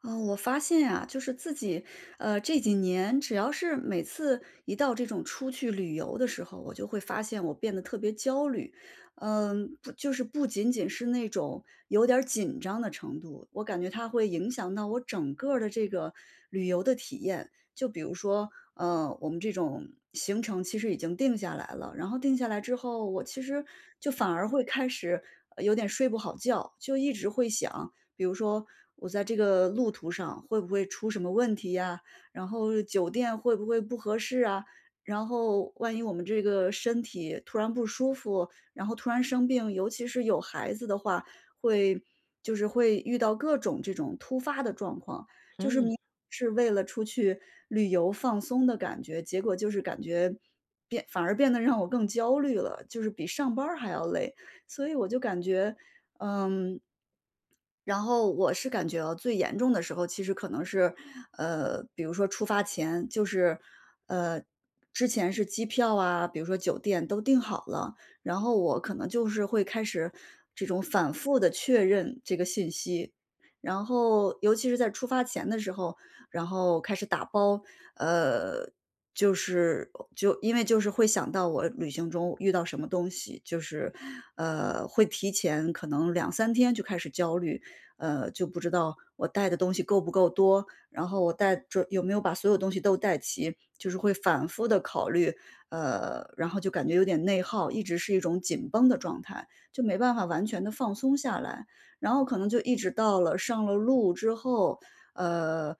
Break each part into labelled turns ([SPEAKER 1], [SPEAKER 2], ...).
[SPEAKER 1] 啊，我发现呀，就是自己，这几年只要是每次一到这种出去旅游的时候，我就会发现我变得特别焦虑。嗯，不，就是不仅仅是那种有点儿紧张的程度，我感觉它会影响到我整个儿的这个旅游的体验。就比如说，我们这种行程其实已经定下来了，然后定下来之后，我其实就反而会开始有点睡不好觉，就一直会想，比如说我在这个路途上会不会出什么问题呀？然后酒店会不会不合适啊？然后万一我们这个身体突然不舒服，然后突然生病，尤其是有孩子的话，会就是会遇到各种这种突发的状况。就是
[SPEAKER 2] 嗯，
[SPEAKER 1] 明是为了出去旅游放松的感觉，结果就是感觉变反而变得让我更焦虑了，就是比上班儿还要累。所以我就感觉，嗯，然后我是感觉啊，最严重的时候其实可能是，比如说出发前，就是，呃，之前是机票啊，比如说酒店都订好了，然后我可能就是会开始这种反复的确认这个信息。然后尤其是在出发前的时候，然后开始打包，呃，就是就因为就是会想到我旅行中遇到什么东西，就是，会提前可能两三天就开始焦虑，就不知道我带的东西够不够多，然后我带着有没有把所有东西都带齐，就是会反复的考虑，然后就感觉有点内耗，一直是一种紧绷的状态，就没办法完全的放松下来。然后可能就一直到了上了路之后，呃，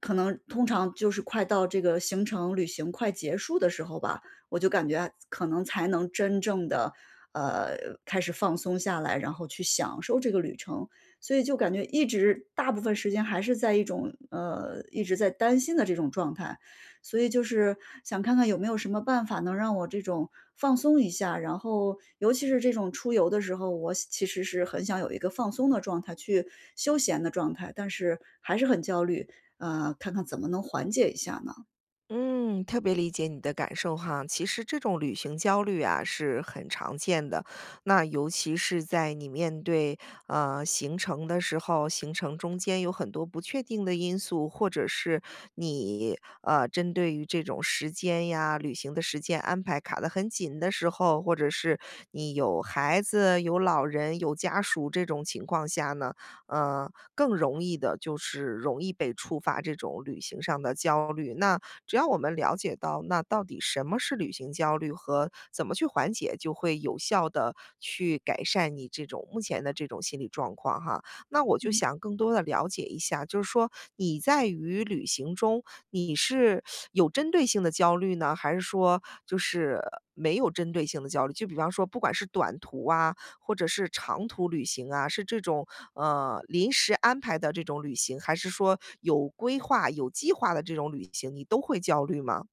[SPEAKER 1] 可能通常就是快到这个行程旅行快结束的时候吧，我就感觉啊可能才能真正的呃，开始放松下来，然后去享受这个旅程。所以就感觉一直大部分时间还是在一种，一直在担心的这种状态。所以就是想看看有没有什么办法能让我这种放松一下，然后尤其是这种出游的时候，我其实是很想有一个放松的状态，去休闲的状态，但是还是很焦虑，看看怎么能缓解一下呢？
[SPEAKER 2] 嗯，特别理解你的感受哈。其实这种旅行焦虑啊是很常见的，那尤其是在你面对行程的时候，行程中间有很多不确定的因素，或者是你针对于这种时间呀、旅行的时间安排卡得很紧的时候，或者是你有孩子、有老人、有家属这种情况下呢，更容易的就是容易被触发这种旅行上的焦虑。那只要我们了解到那到底什么是旅行焦虑和怎么去缓解，就会有效的去改善你这种目前的这种心理状况哈。那我就
[SPEAKER 1] 嗯。
[SPEAKER 2] 想更多的了解一下，就是说你在于旅行中，你是有针对性的焦虑呢，还是说就是没有针对性的焦虑？就比方说不管是短途啊，或者是长途旅行啊，是这种，临时安排的这种旅行，还是说有规划、有计划的这种旅行，你都会焦虑吗？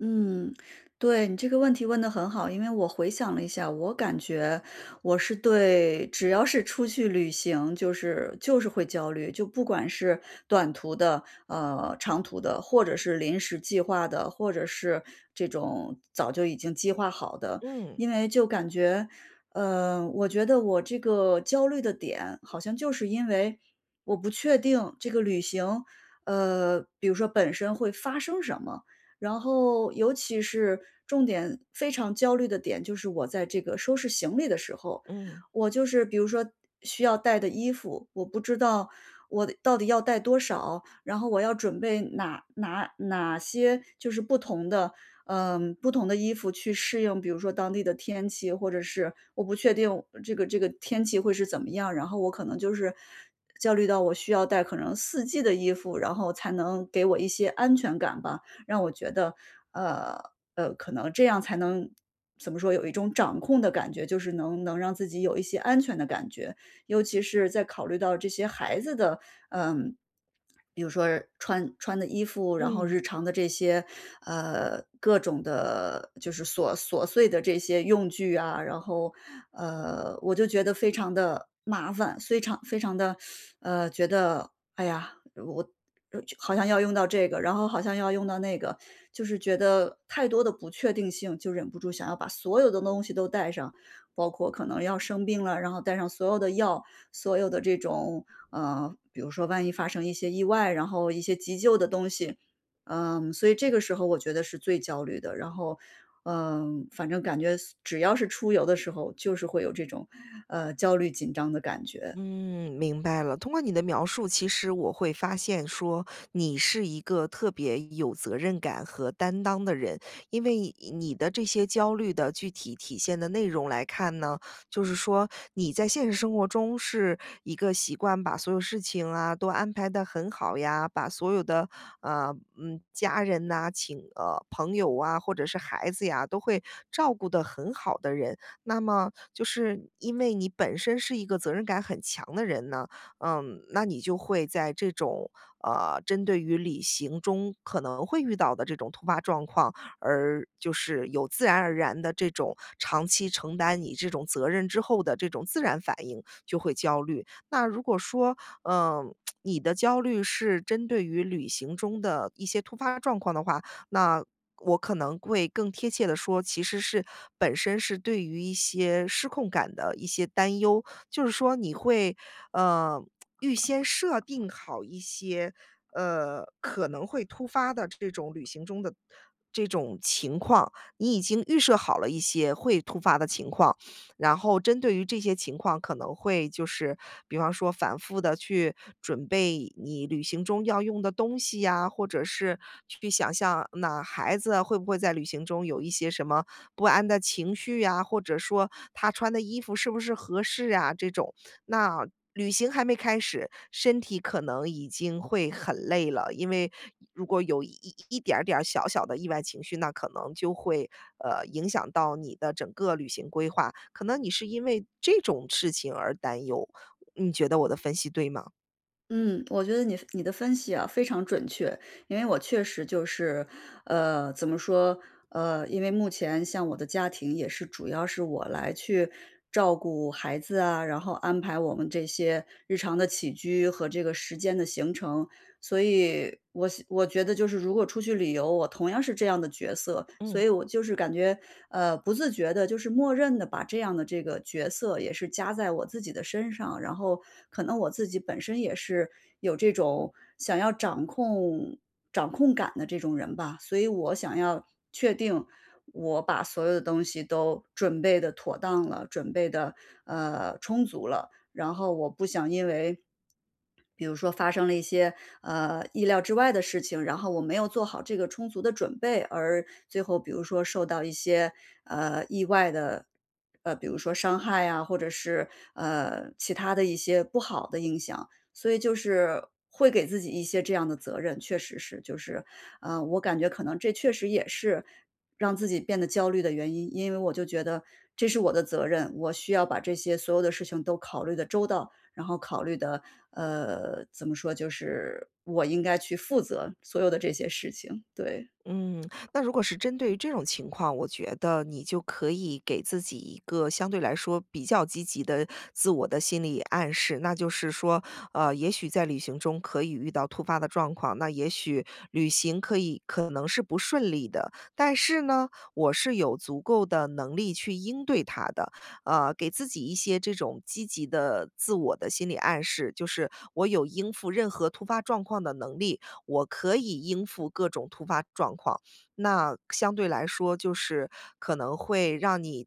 [SPEAKER 1] 嗯，对，你这个问题问的很好，因为我回想了一下，我感觉我是对只要是出去旅行，就是会焦虑，就不管是短途的、长途的，或者是临时计划的，或者是这种早就已经计划好的。
[SPEAKER 2] 嗯，
[SPEAKER 1] 因为就感觉，我觉得我这个焦虑的点好像就是因为我不确定这个旅行，比如说本身会发生什么。然后尤其是重点非常焦虑的点，就是我在这个收拾行李的时候，
[SPEAKER 2] 嗯。
[SPEAKER 1] 我就是比如说需要带的衣服，我不知道我到底要带多少，然后我要准备哪些就是不同的，嗯，不同的衣服去适应，比如说当地的天气，或者是我不确定这个天气会是怎么样，然后我可能就是焦虑到我需要带可能四季的衣服，然后才能给我一些安全感吧。让我觉得，呃可能这样才能怎么说，有一种掌控的感觉，就是能让自己有一些安全的感觉。尤其是在考虑到这些孩子的，嗯，比如说穿的衣服，然后
[SPEAKER 2] 嗯。
[SPEAKER 1] 日常的这些，各种的，就是琐碎的这些用具啊，然后，我就觉得非常的麻烦，非常的，觉得，哎呀，我好像要用到这个，然后好像要用到那个，就是觉得太多的不确定性，就忍不住想要把所有的东西都带上，包括可能要生病了，然后带上所有的药，所有的这种，比如说万一发生一些意外，然后一些急救的东西，嗯，所以这个时候我觉得是最焦虑的。然后，嗯，反正感觉只要是出游的时候，就是会有这种，焦虑紧张的感觉。
[SPEAKER 2] 嗯，明白了。通过你的描述，其实我会发现说你是一个特别有责任感和担当的人，因为你的这些焦虑的具体体现的内容来看呢，就是说你在现实生活中是一个习惯把所有事情啊都安排的很好呀，把所有的家人呐、请朋友啊，或者是孩子呀，都会照顾的很好的人。那么就是因为你本身是一个责任感很强的人呢，嗯，那你就会在这种针对于旅行中可能会遇到的这种突发状况，而就是有自然而然的这种长期承担你这种责任之后的这种自然反应，就会焦虑。那如果说，嗯、你的焦虑是针对于旅行中的一些突发状况的话，那我可能会更贴切的说，其实是本身是对于一些失控感的一些担忧，就是说你会，呃，预先设定好一些，可能会突发的这种旅行中的这种情况，你已经预设好了一些会突发的情况。然后针对于这些情况，可能会就是比方说反复的去准备你旅行中要用的东西呀，或者是去想象那孩子会不会在旅行中有一些什么不安的情绪呀，或者说他穿的衣服是不是合适呀，这种。那旅行还没开始，身体可能已经会很累了，因为如果有一点儿小小的意外情绪，那可能就会影响到你的整个旅行规划。可能你是因为这种事情而担忧，你觉得我的分析对吗？
[SPEAKER 1] 嗯，我觉得你的分析啊非常准确，因为我确实就是，怎么说，因为目前像我的家庭也是主要是我来去照顾孩子啊，然后安排我们这些日常的起居和这个时间的行程，所以我觉得就是如果出去旅游，我同样是这样的角色，所
[SPEAKER 2] 嗯。
[SPEAKER 1] 以我就是感觉，不自觉的，就是默认的把这样的这个角色也是加在我自己的身上，然后可能我自己本身也是有这种想要掌控感的这种人吧，所以我想要确定我把所有的东西都准备的妥当了，准备的充足了，然后我不想因为比如说发生了一些意料之外的事情，然后我没有做好这个充足的准备，而最后比如说受到一些意外的，比如说伤害啊，或者是其他的一些不好的影响，所以就是会给自己一些这样的责任，确实是，就是我感觉可能这确实也是让自己变得焦虑的原因，因为我就觉得这是我的责任，我需要把这些所有的事情都考虑的周到。然后考虑的，怎么说，就是我应该去负责所有的这些事情，对。
[SPEAKER 2] 嗯，那如果是针对于这种情况，我觉得你就可以给自己一个相对来说比较积极的自我的心理暗示，那就是说，也许在旅行中可以遇到突发的状况，那也许旅行可以可能是不顺利的，但是呢，我是有足够的能力去应对它的，给自己一些这种积极的自我的心理暗示，就是我有应付任何突发状况的能力，我可以应付各种突发状况。那相对来说，就是可能会让你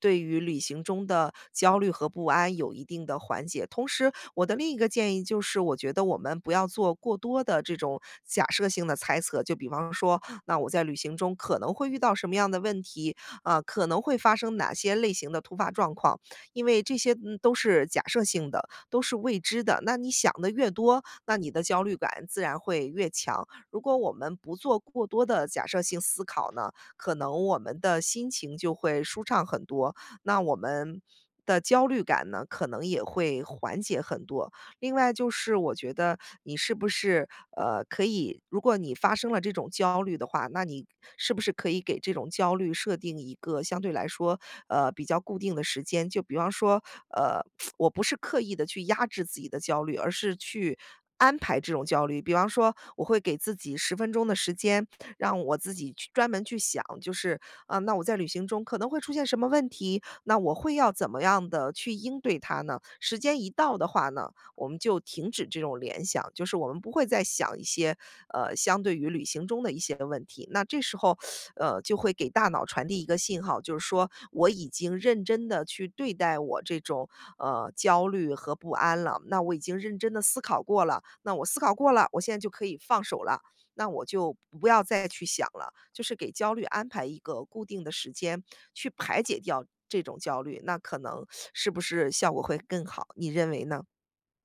[SPEAKER 2] 对于旅行中的焦虑和不安有一定的缓解。同时，我的另一个建议就是，我觉得我们不要做过多的这种假设性的猜测，就比方说，那我在旅行中可能会遇到什么样的问题，啊，可能会发生哪些类型的突发状况，因为这些嗯都是假设性的。都是未知的。那你想的越多，那你的焦虑感自然会越强。如果我们不做过多的假设性思考呢，可能我们的心情就会舒畅很多，那我们的焦虑感呢，可能也会缓解很多。另外就是我觉得你是不是，可以如果你发生了这种焦虑的话，那你是不是可以给这种焦虑设定一个相对来说，比较固定的时间？就比方说，呃，我不是刻意的去压制自己的焦虑，而是去安排这种焦虑。比方说我会给自己10分钟的时间，让我自己去专门去想，就是，啊，那我在旅行中可能会出现什么问题，那我会要怎么样的去应对它呢？时间一到的话呢我们就停止这种联想，就是我们不会再想一些，相对于旅行中的一些问题。那这时候，就会给大脑传递一个信号，就是说我已经认真的去对待我这种，焦虑和不安了，那我已经认真的思考过了，那我思考过了，我现在就可以放手了，那我就不要再去想了。就是给焦虑安排一个固定的时间，去排解掉这种焦虑，那可能是不是效果会更好，你认为呢？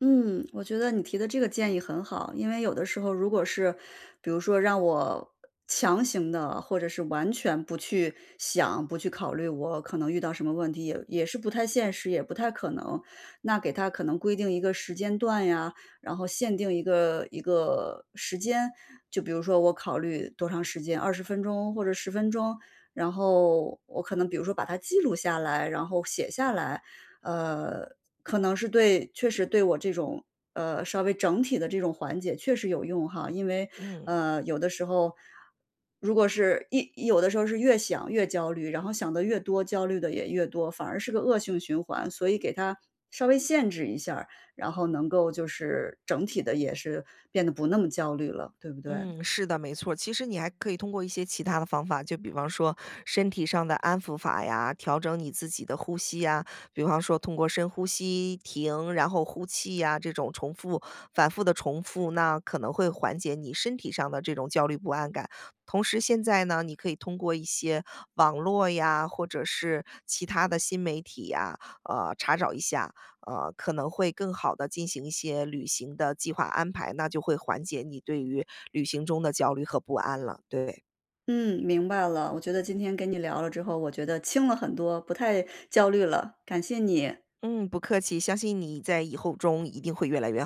[SPEAKER 1] 嗯，我觉得你提的这个建议很好，因为有的时候如果是，比如说让我强行的，或者是完全不去想、不去考虑我可能遇到什么问题，也是不太现实，也不太可能。那给他可能规定一个时间段呀，然后限定一个时间，就比如说我考虑多长时间，20分钟或者十分钟，然后我可能比如说把它记录下来，然后写下来。呃，可能是对确实对我这种，稍微整体的这种缓解确实有用哈。因为，
[SPEAKER 2] 嗯。
[SPEAKER 1] 有的时候如果是一有的时候是越想越焦虑，然后想的越多，焦虑的也越多，反而是个恶性循环。所以给它稍微限制一下儿然后能够就是整体的也是变得不那么焦虑了，对不对？
[SPEAKER 2] 嗯，是的，没错。其实你还可以通过一些其他的方法，就比方说身体上的安抚法呀，调整你自己的呼吸呀，比方说通过深呼吸、停，然后呼气呀，这种重复、反复的重复，那可能会缓解你身体上的这种焦虑不安感。同时，现在呢，你可以通过一些网络呀，或者是其他的新媒体呀，查找一下，可能会更好的进行一些旅行的计划安排，那就会缓解你对于旅行中的焦虑和不安了，对。
[SPEAKER 1] 嗯，明白了，我觉得今天跟你聊了之后，我觉得轻了很多，不太焦虑了，感谢你。
[SPEAKER 2] 嗯，不客气，相信你在以后中一定会越来越